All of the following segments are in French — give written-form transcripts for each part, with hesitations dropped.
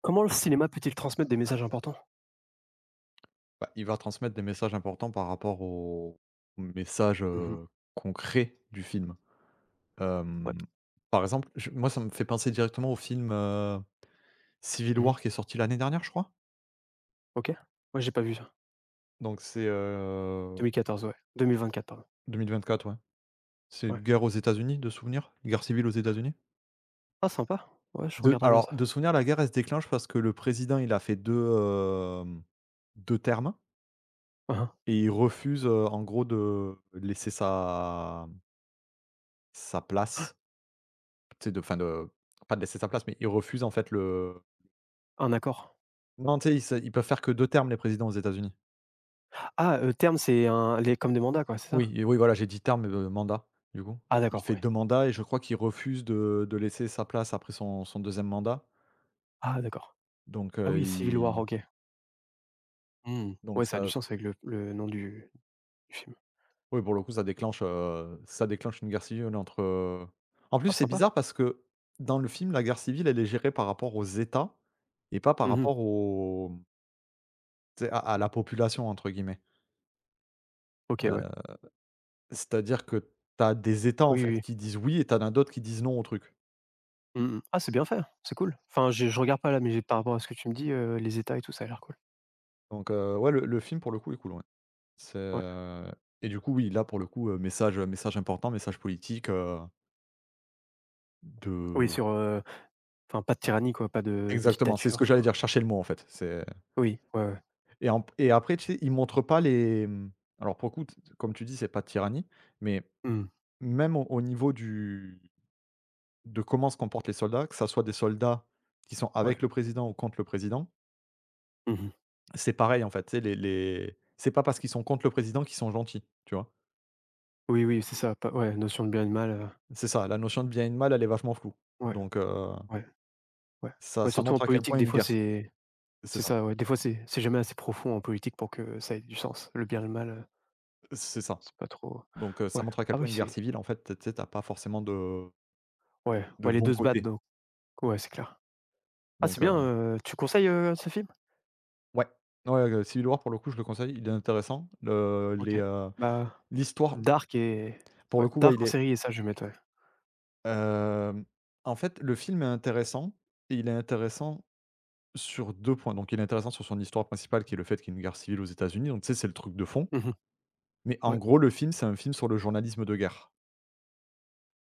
Comment le cinéma peut-il transmettre des messages importants? Bah, il va transmettre des messages importants par rapport aux messages, Mmh. Concrets du film. Ouais. Hem, Par exemple, je moi ça me fait penser directement au film, Civil Mmh. War qui est sorti l'année dernière, je crois? OK. Ouais, j'ai pas vu ça. Donc c'est, 2014, ouais. 2024, pardon. 2024, ouais. C'est une Ouais. guerre aux États-Unis de souvenir, une guerre civile aux États-Unis? Ah sympa. Ouais, je De regarderai bien Alors, ça. de souvenir, la guerre, elle se déclenche parce que le président, il a fait 2 termes Hein, hein. et il refuse, en gros de laisser sa place. Tu sais, de fin de pas de laisser sa place, mais ils refusent en fait le Un accord. non, tu sais, ils peuvent faire que 2 termes les présidents aux États-Unis. Ah, terme, c'est un les comme des mandats, quoi, c'est Oui ça? et oui, voilà, j'ai dit terme, mandat, du coup. Ah Il d'accord, fait ouais. 2 mandats et je crois qu'il refuse de laisser sa place après son deuxième mandat. Ah d'accord. Donc Ah heu, oui, Civil War, il OK. Mmh. donc Ouais, ça a du ça sens avec le nom du film. oui, pour le coup, ça déclenche, ça déclenche une guerre civile entre, en plus, Ah c'est sympa. bizarre parce que dans le film, la guerre civile, elle est gérée par rapport aux États et pas par Mmh. rapport au tu sais, à la «population» entre guillemets. OK, ouais. C'est-à-dire que tu as des États, en Oui, fait, oui. qui disent «oui» et tu en as d'autres qui disent «non» au truc. Mmh. Ah, c'est bien fait, c'est cool. Enfin, j'ai je regarde pas là, mais j'ai par rapport à ce que tu me dis, les États et tout, ça a l'air cool. Donc ouais, le film, pour le coup, est cool, ouais. C'est, Ouais. Et du coup, oui, là, pour le coup, message, message important, message politique, de Oui, sur, enfin pas de tyrannie, quoi, pas de exactement, c'est dictature, ce que j'allais enfin. dire, je le mot, en fait. C'est Oui, ouais, ouais. Et après, tu sais, ils montrent pas les, mmh, alors, pour le coup, t comme tu dis, c'est pas de tyrannie, mais Mmh. même au niveau du de comment se comportent les soldats, que ça soit des soldats qui sont Ouais. avec le président ou contre le président. Mmh. C'est pareil en fait, tu sais les c'est pas parce qu'ils sont contre le président qu'ils sont gentils, tu vois? Oui, oui, c'est ça, pas ouais, notion de bien et de mal, C'est ça, la notion de bien et de mal, elle est vachement floue. ouais, Donc ouais, ouais. ça Ouais, ça surtout en montre à quel politique, point des une fois, guerre c'est c'est c'est ça, ça, ouais, des fois, c'est jamais assez profond en politique pour que ça ait du sens. Le bien et le mal, c'est ça. c'est pas trop Donc ça ouais. montre à quel Ah point oui, une guerre c'est civile en fait, tu sais, tu pas forcément de ouais, de ouais, les bon 2 se battent côté. donc ouais, c'est clair. Ah, c'est Donc bien, tu conseilles, ce film? ouais. Ouais, le Civil War pour le coup, je le conseille, il est intéressant. Le OK. Les, Bah, l'histoire Dark et pour le ouais, coup, ouais, il Dark en est, série et ça, je vais mettre, ouais. hem, en fait, le film est intéressant et il est intéressant sur 2 points. Donc il est intéressant sur son histoire principale qui est le fait qu'il y ait une guerre civile aux États-Unis, donc tu sais, c'est le truc de fond. Mmh. Mais en Ouais, gros, le film, c'est un film sur le journalisme de guerre.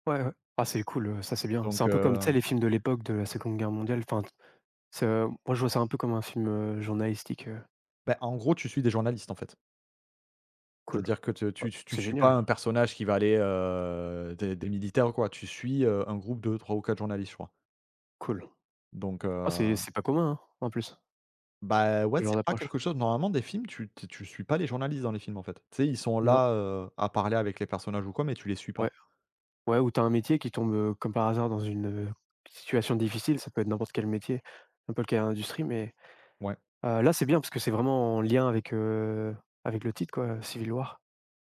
ouais, ouais. Ah, c'est cool, ça, c'est bien. C'est Donc, un peu comme, tu sais, les films de l'époque de la Seconde Guerre mondiale, enfin. C'est, moi je vois ça un peu comme un film, journalistique, bah, en gros, tu suis des journalistes, en fait. cool. C'est-à-dire que te Oh, tu tu c'est suis pas génial, un personnage qui va aller, des militaires quoi, tu suis, un groupe de 3 ou 4 journalistes, je crois. cool. Donc, Ah c'est c'est pas commun, hein, en plus, bah, ouais, ce genre c'est pas d'approche. quelque chose normalement des films, tu suis pas les journalistes dans les films, en fait. Tu sais, ils sont Non, là, à parler avec les personnages ou quoi, mais tu les suis ouais. pas. Ouais, où t'as un métier qui tombe, comme par hasard dans une, situation difficile, ça peut être n'importe quel métier, n'importe quelle industrie, mais, Ouais, là c'est bien parce que c'est vraiment en lien avec le titre quoi, Civil War.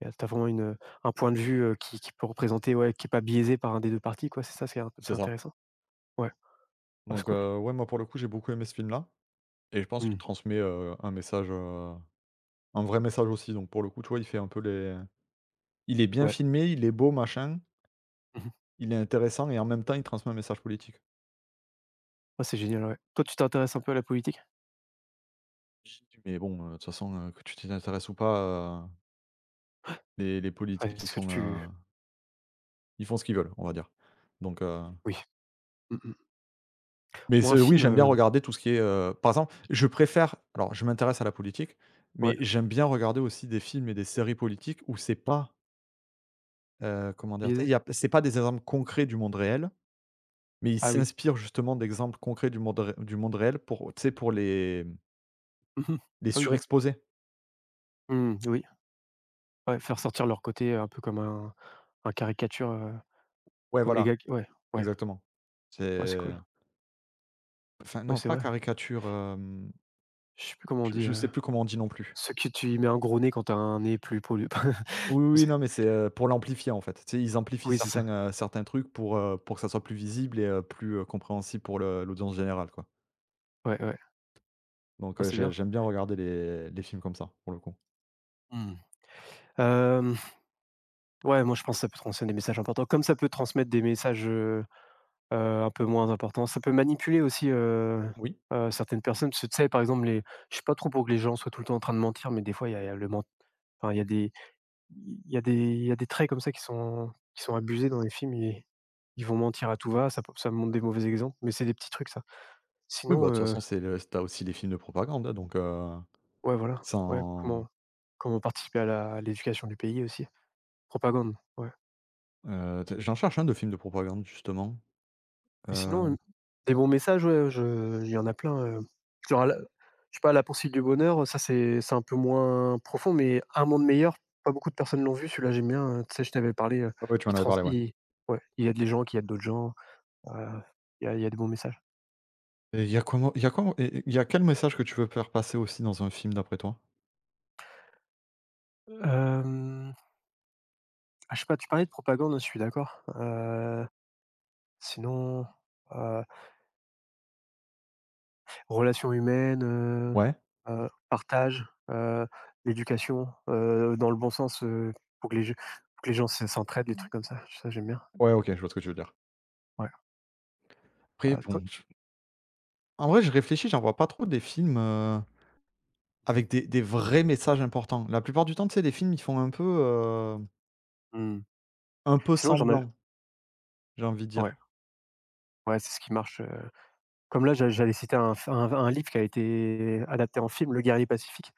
Et tu as vraiment un point de vue, qui peut représenter ouais, qui est pas biaisé par un des 2 parties quoi, c'est ça, c'est un c'est c'est ça. intéressant. Ouais, ah c'est Donc, cool. Ouais, moi, pour le coup, j'ai beaucoup aimé ce film-là. Et je pense qu'il Mmh, transmet, un message, un vrai message aussi, donc pour le coup, tu vois, il fait un peu les il est bien ouais. filmé, il est beau, machin, Mmh. il est intéressant et en même temps, il transmet un message politique. Ah c'est génial, ouais. Toi tu t'intéresses un peu à la politique? J'ai dit: «Mais bon, de toute façon, que tu t'y intéresses ou pas, les Ouais, politiques, ils est-ce que sont, tu ils font ce qu'ils veulent», on va dire, donc oui. Mmh mh. mais Ou ce un oui, film, j'aime bien regarder tout ce qui est, par exemple, je préfère alors je m'intéresse à la politique, ouais, mais j'aime bien regarder aussi des films et des séries politiques où c'est pas, comment dire? Tu sais, biaisé? il y a c'est pas des exemples concrets du monde réel. Mais ils Ah oui. s'inspirent justement d'exemples concrets du monde ré du monde réel pour, tu sais, pour Mmh. les Ah oui, bien. surexposer. Mmh, oui. Ouais, faire sortir leur côté un peu comme un caricature, Ouais, comme les voilà, gars qui ouais, ouais, exactement. ouais, c'est C'est cool. enfin Ouais, non, c'est pas vrai. caricature, Je sais plus comment on je dit, sais plus comment on dit non plus. ceux qui tu y mets un gros nez quand t'as un nez plus poilu Oui, je oui, sais. non, mais c'est, pour l'amplifier, en fait. Tu sais, ils amplifient Oui, c'est certains, ça. Certains trucs pour que ça soit plus visible et plus, compréhensible pour le l'audience générale, quoi. Ouais, ouais. Donc Ah, c'est bien. j'aime bien regarder les films comme ça, pour le coup. Mmh. Hem, ouais, moi, je pense que ça peut transmettre des messages importants. Comme ça peut transmettre des messages, Heu, un peu moins important. Ça peut manipuler aussi, Oui. Certaines personnes, parce que tu sais, par exemple, les je suis pas trop pour que les gens soient tout le temps en train de mentir, mais des fois, il y a le ment enfin, il y a des il y a des il y a des traits comme ça qui sont abusés dans les films. Ils vont mentir à tout va, ça me montre des mauvais exemples, mais c'est des petits trucs ça. Oui, bah, Sinon, de toute façon, c'est le tu aussi les films de propagande, hein, donc ouais, voilà, ouais, sans. comment participer à l'éducation du pays aussi? Propagande, ouais. Tu j'en cherche un de film de propagande justement, Mais heu, sinon, des bons messages, ouais, je il y en a plein, genre la je sais pas, La Poursuite du Bonheur, ça c'est un peu moins profond, mais Un Monde Meilleur, pas beaucoup de personnes l'ont vu celui-là, j'aime bien, tu sais, je t'avais parlé, ouais, ouais, tu m'en avais parlé, ouais. il ouais, il aide les gens qui aident d'autres gens, heu, il y a des bons messages. Et il y a quoi il y a quel message que tu veux faire passer aussi dans un film d'après toi? Hem, ah, je sais pas, tu parlais de propagande, je suis d'accord, sinon, heu Relations humaines, Ouais? Partage, heu, l'éducation, dans le bon sens, pour que les gens se s'entraident, des trucs comme ça. Ça, j'aime bien. Ouais, OK, je vois ce que tu veux dire. Ouais, Après toi? bon, je en vrai, je réfléchis, j'en vois pas trop des films, Mmh. avec des vrais messages importants. La plupart du temps, tu sais, les films, ils font Mmh. un peu Sinon j'en av semblant, j'ai envie de dire. ouais, ouais, c'est ce qui marche, comme là, j'allais citer un f un livre qui a été adapté en film, Le guerrier pacifique.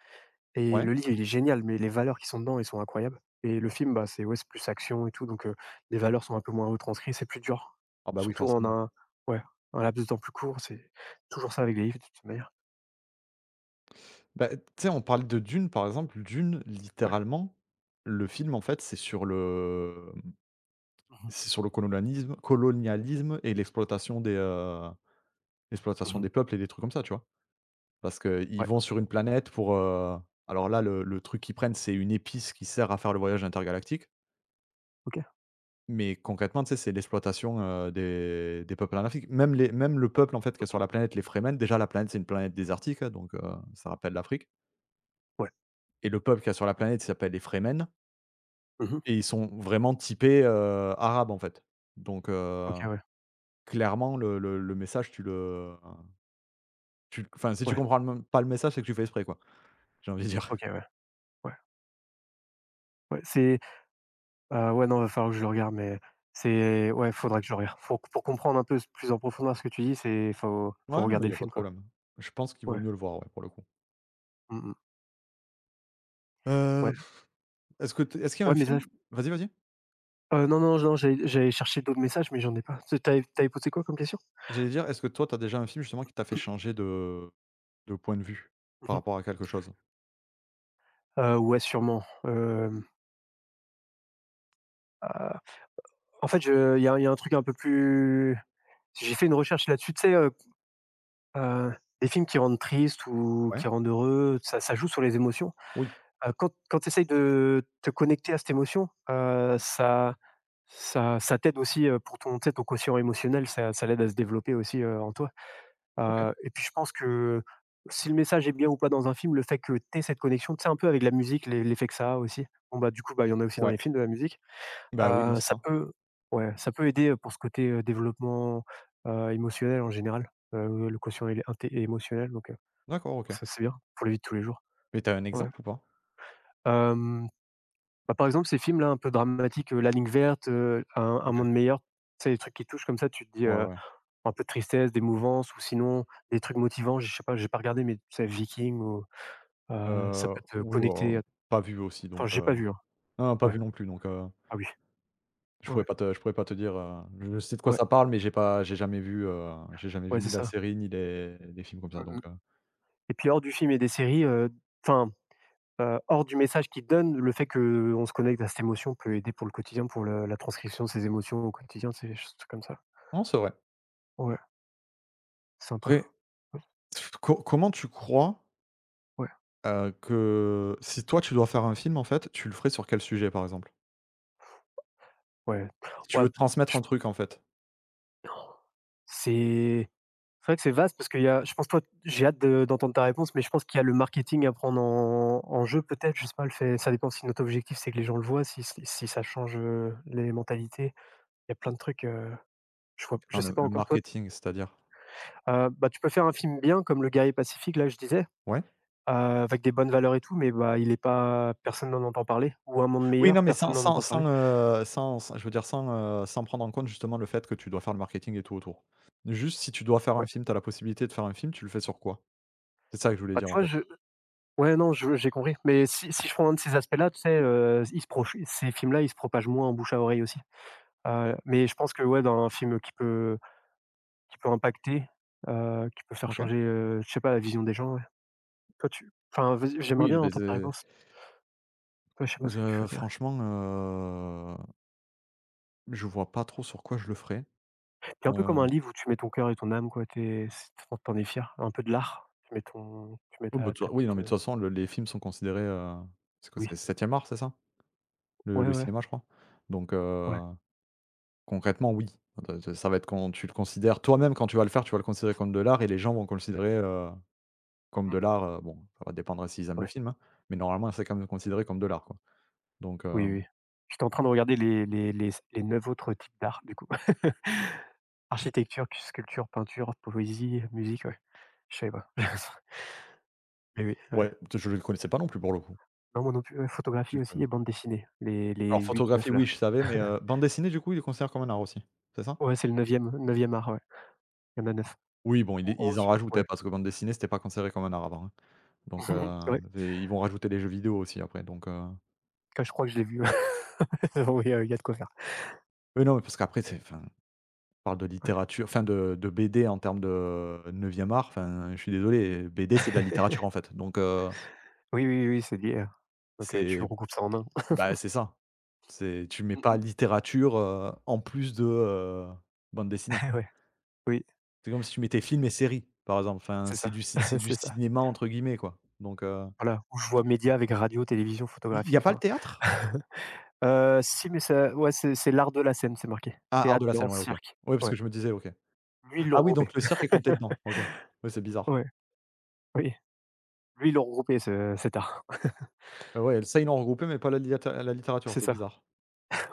Et Ouais? le livre, il est génial, mais les valeurs qui sont dedans, elles sont incroyables. Et le film, bah, c'est ouais, c'est plus action et tout, donc les valeurs sont un peu moins retranscrites, c'est plus dur. Ah bah, oui, Surtout en forcément. un ouais, un laps de temps plus court, c'est toujours ça avec les livres de toute manière. Bah, tu sais, on parle de Dune, par exemple. Dune, Ouais. littéralement, le film, en fait, c'est sur le. Mmh mh. C'est sur le colonialisme colonialisme et l'exploitation Mmh. des peuples et des trucs comme ça, tu vois? Parce qu'ils Ouais, vont sur une planète pour, alors là, le truc qu'ils prennent, c'est une épice qui sert à faire le voyage intergalactique, OK. mais concrètement, tu sais, c'est l'exploitation, des peuples en Afrique. Même le peuple, en fait, qui est sur Mmh. la planète, les Fremen, déjà la planète, c'est une planète désertique, hein, donc ça rappelle l'Afrique Ouais. et le peuple qui est sur la planète, il s'appelle les Fremen Mmh. et ils sont vraiment typés, arabes, en fait. Donc OK, ouais. clairement, le message, tu le. Tu enfin, si tu Ouais. comprends le m pas le message, c'est que tu fais exprès, quoi, j'ai envie de dire. OK, ouais. Ouais. Ouais, c'est ouais, non, va falloir que je le regarde, mais c'est ouais, faudra que je le regarde. Faut pour comprendre un peu plus en profondeur ce que tu dis, c'est faut Ouais, non, mais regarder il y le a pas de film, quoi. problème. Je pense qu'il vaut Ouais. mieux le voir, ouais, pour le coup. Mmh mh. Heu, Ouais. est-ce que t est-ce qu'il y a un Ouais, mais film ça. vas-y, vas-y. Non, non, non, j'allais chercher d'autres messages, mais j'en ai pas. Tu avais posé quoi comme question? J'allais dire, est-ce que toi, tu as déjà un film justement qui t'a fait changer de point de vue par Mmh mh. rapport à quelque chose? Ouais, sûrement. Heu, en fait, je il y a un truc un peu plus. J'ai fait une recherche là-dessus, tu sais, heu, des films qui rendent triste ou Ouais? qui rendent heureux, ça joue sur les émotions. Oui. Quand tu essayes de te connecter à cette émotion, ça t'aide aussi, pour ton tu sais, ton quotient émotionnel, ça l'aide à se développer aussi, en toi. OK. Et puis je pense que si le message est bien ou pas dans un film, le fait que tu aies cette connexion, tu sais, un peu avec la musique, l'effet que ça a aussi. Bon, bah, du coup, bah, il y en a aussi dans Ouais. les films de la musique. Bah, oui, non, c'est Ça ça. peut ouais, ça peut aider, pour ce côté, développement, émotionnel en général, le quotient éle inté émotionnel donc heu, D'accord, donc OK. ça, c'est bien pour la vie de tous les jours. Mais tu as un Ouais. exemple ou pas? Hem, bah, par exemple, ces films-là un peu dramatiques, La Ligne verte, Un OK. monde meilleur. C'est des trucs qui touchent comme ça, tu te dis, Ouais, ouais. un peu de tristesse, d'émouvance ou sinon des trucs motivants. Je sais pas, j'ai pas regardé, mais tu sais, Vikings ou ça peut te Oui, connecter oh, à pas vu aussi enfin, donc j'ai pas vu, hein. non, non, pas Ouais. vu non plus donc. Ah oui. Je pourrais Ouais, pas te je pourrais pas te dire, je sais de quoi ouais, ça parle, mais j'ai jamais vu ouais, ni c'est la ça. série ni les les films comme ça, Mmh mh. donc Et puis hors du film et des séries, enfin, hors du message qu'il donne, le fait que on se connecte à cette émotion peut aider pour le quotidien, pour le la transcription de ces émotions au quotidien, c'est des choses comme ça. non, c'est vrai. Ouais, Après sympa. Ouais, pff, Co comment tu crois, ouais, que si toi tu dois faire un film en fait, tu le ferais sur quel sujet par exemple? ouais, Si tu veux ouais, transmettre un truc en fait, c'est C'est vrai que c'est vaste parce qu'il y a je pense toi j'ai hâte de d'entendre ta réponse, mais je pense qu'il y a le marketing à prendre en jeu peut-être, je sais pas, le fait ça dépend si notre objectif c'est que les gens le voient, si ça change, les mentalités. Il y a plein de trucs, je vois je dans sais pas le encore toi, marketing, c'est-à-dire? Bah, tu peux faire un film bien comme Le Guerrier Pacifique là, je disais, Ouais? Avec des bonnes valeurs et tout, mais bah, il est pas personne n'en entend parler ou Un monde Oui, non, meilleur, mais sans personne n'en sans entend parler. sans, heu, sans sans je veux dire sans, sans prendre en compte justement le fait que tu dois faire le marketing et tout autour. Juste si tu dois faire un Ouais. film, tu as la possibilité de faire un film, tu le fais sur quoi? C'est ça que je voulais Bah, dire tu en vois fait. je ouais, non, je j'ai compris, mais si je prends un de ces aspects-là, tu sais, ils se proche ces films-là, ils se propagent moins en bouche à oreille aussi. Mais je pense que ouais, dans un film qui peut impacter, qui peut faire OK. changer, je sais pas, la vision des gens, ouais. Toi tu enfin vas-y, j'aimerais Oui, bien mais. entendre ta C'est réponse. Toi, je sais pas ce que tu je choisirais? franchement, je vois pas trop sur quoi je le ferais. Tu un peu Heu, comme un livre où tu mets ton cœur et ton âme quoi, T'es, t'en c es fier, un peu de l'art. Tu mets ton tu mets oh bah, de ta toute ta oui, non, petite, mais de toute façon, le les films sont considérés, c'est quoi? oui. C'est 7e art, c'est ça? Ouais, Le ouais, cinéma, je crois? Donc ouais. concrètement, oui. De ça va être quand tu le considères toi-même, quand tu vas le faire, tu vas le considérer comme de l'art et les gens vont le considérer, comme de Mmh. l'art, bon, ça va dépendre si s'ils aiment le Ouais. film, hein, mais normalement, c'est quand même considéré comme de l'art, quoi. Donc Oui, oui. J'étais en train de regarder les 9 autres types d'art du coup. Architecture, sculpture, peinture, poésie, musique, ouais. Je sais pas. Mais oui, ouais, ouais. je le connaissais pas non plus pour le coup. Non, moi non plus, ouais, photographie Du coup aussi et bande dessinée, les alors les huit photographie, neuf là. oui, je savais, mais bande dessinée, du coup, il est considéré comme un art aussi, c'est ça? Ouais, c'est le neuvième art, ouais, il y en a 9. Oui, bon, Ou ils 11. en rajoutaient Ouais. parce que bande dessinée, c'était pas considéré comme un art avant, hein. Donc Ouais, et ils vont rajouter les jeux vidéo aussi après, donc. quand je crois que je l'ai vu. Oui, il y a de quoi faire, Oui, non, mais parce qu'après, c'est enfin, on parle de ouais. littérature, enfin de BD en termes de neuvième art. Enfin, je suis désolé, BD, c'est de la littérature, en fait, donc Oui, oui, oui, c'est lié, donc tu c'est regroupes ça en un. bah, c'est ça. C'est tu mets pas littérature, en plus de, bande dessinée. Ouais, oui, C'est comme si tu mettais film et série, par exemple, enfin, c'est ça, c'est du c'est ça. «cinéma» entre guillemets, quoi, donc Voilà, où je vois médias avec radio, télévision, il y photographie, a pas le enfin. théâtre? Si, mais ça ouais, c'est l'art de la scène, c'est marqué. Ah, art de Théâtre, la scène, danse, ouais, OK. cirque, Ouais, parce ouais. que je me disais OK. Lui, ils l'ont Ah oui, regroupé. donc le cirque est compté dedans. OK. Ouais, c'est bizarre. Ouais, oui, lui, ils l'ont regroupé ce cet art. Ouais, ça, ils l'ont regroupé, mais pas la littérature, C'est c'est ça, bizarre.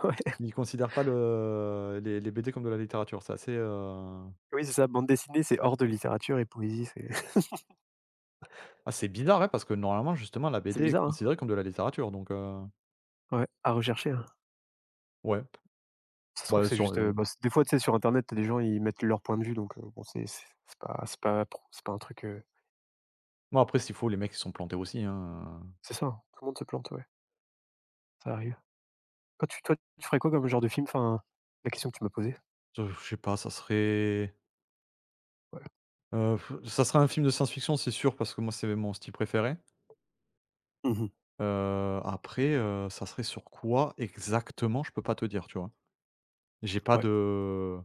ouais. Ils considèrent pas le les BD comme de la littérature. C'est assez, Oui, c'est ça, bande dessinée, c'est hors de littérature et poésie, c'est ah, c'est bizarre, ouais, parce que normalement, justement, la c'est BD est bizarre, considérée comme de la littérature, donc hein? Ouais, à rechercher, hein. ouais. Ça se trouve, Bah, c'est sur juste, le bah, c des fois, tu sais, sur internet, t'as des gens, ils mettent leur point de vue, donc bon, c'est pas pro c'est pas un truc, bon, après, s'il faut, les mecs, ils sont plantés aussi, hein, c'est ça, hein, tout le monde se plante, ouais, ça arrive. Quand tu toi, tu ferais quoi comme genre de film? Enfin, la question que tu m'as posée? Je sais pas, ça serait, Ouais. heu, ça serait un film de science-fiction, c'est sûr, parce que moi, c'est mon style préféré. Mmh. Après, ça serait sur quoi exactement? Je peux pas te dire, tu vois? J'ai pas Ouais. de.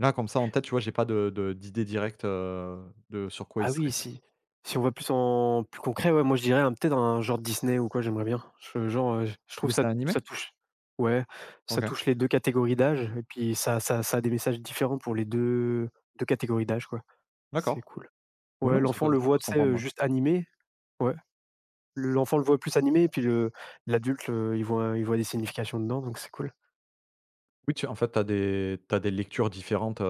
Là, comme ça, en tête, tu vois, j'ai pas de de d'idée directe, de sur quoi il Ah serait. oui, si on va plus en plus concret, ouais, moi je dirais un peut-être un genre Disney ou quoi, j'aimerais bien. Je genre, je trouve ça Dessin animé? ça touche ouais, ça OK, touche les 2 catégories d'âge et puis ça a des messages différents pour les deux catégories d'âge, quoi. C'est d'accord. cool. Oui, Ouais, non, l'enfant le ça voit, peut se tu sais, comprendre, ouais. juste animé, ouais. L'enfant le voit plus animé et puis le l'adulte, il voit des significations dedans, donc c'est cool. Oui, tu en fait, tu as des t'as des lectures différentes,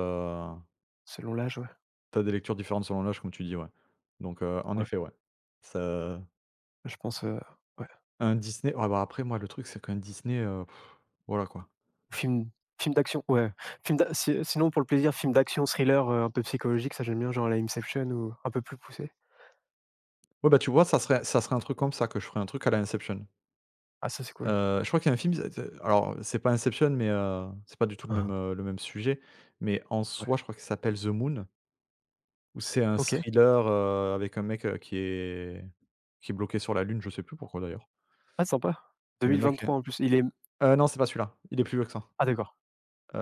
Selon l'âge, ouais. tu as des lectures différentes selon l'âge, comme tu dis, ouais. Donc en Ouais, effet, ouais. Ça je pense, ouais. un Disney ouais, bah, après, moi, le truc, c'est qu'un Disney, voilà, quoi. Film film d'action, ouais. Film d'a si sinon pour le plaisir, film d'action, thriller, un peu psychologique, ça j'aime bien, genre à la Inception ou un peu plus poussé. Ouais, bah, tu vois, ça serait un truc comme ça que je ferais un truc à la Inception. Ah ça c'est cool. Je crois qu'il y a un film, c'est alors, c'est pas Inception, mais c'est pas du tout Hein hein. Le même sujet, mais en Ouais. soi, je crois qu'il s'appelle The Moon. Ou c'est un OK. thriller, avec un mec, qui est bloqué sur la lune, je sais plus pourquoi d'ailleurs. Ah sympa. Mais le mec, 2023 en plus, il est non, c'est pas celui-là, il est plus vieux que ça. ah d'accord.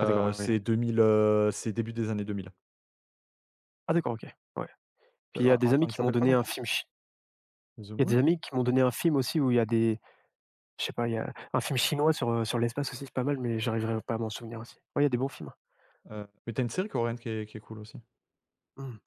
Ah d'accord, oui. C'est 2000, c'est début des années 2000. Ah d'accord, OK. Ouais. Puis il y A a des attends, amis il qui m'ont s'appelle pas donné comme un ça? film chi The Il y a des Moon? amis qui m'ont donné un film aussi où il y a des je sais pas, il y a un film chinois sur l'espace aussi, c'est pas mal, mais j'arriverai pas à m'en souvenir aussi. Ouais, il y a des bons films. Mais t'as une série coréenne qui est cool aussi. Mmh.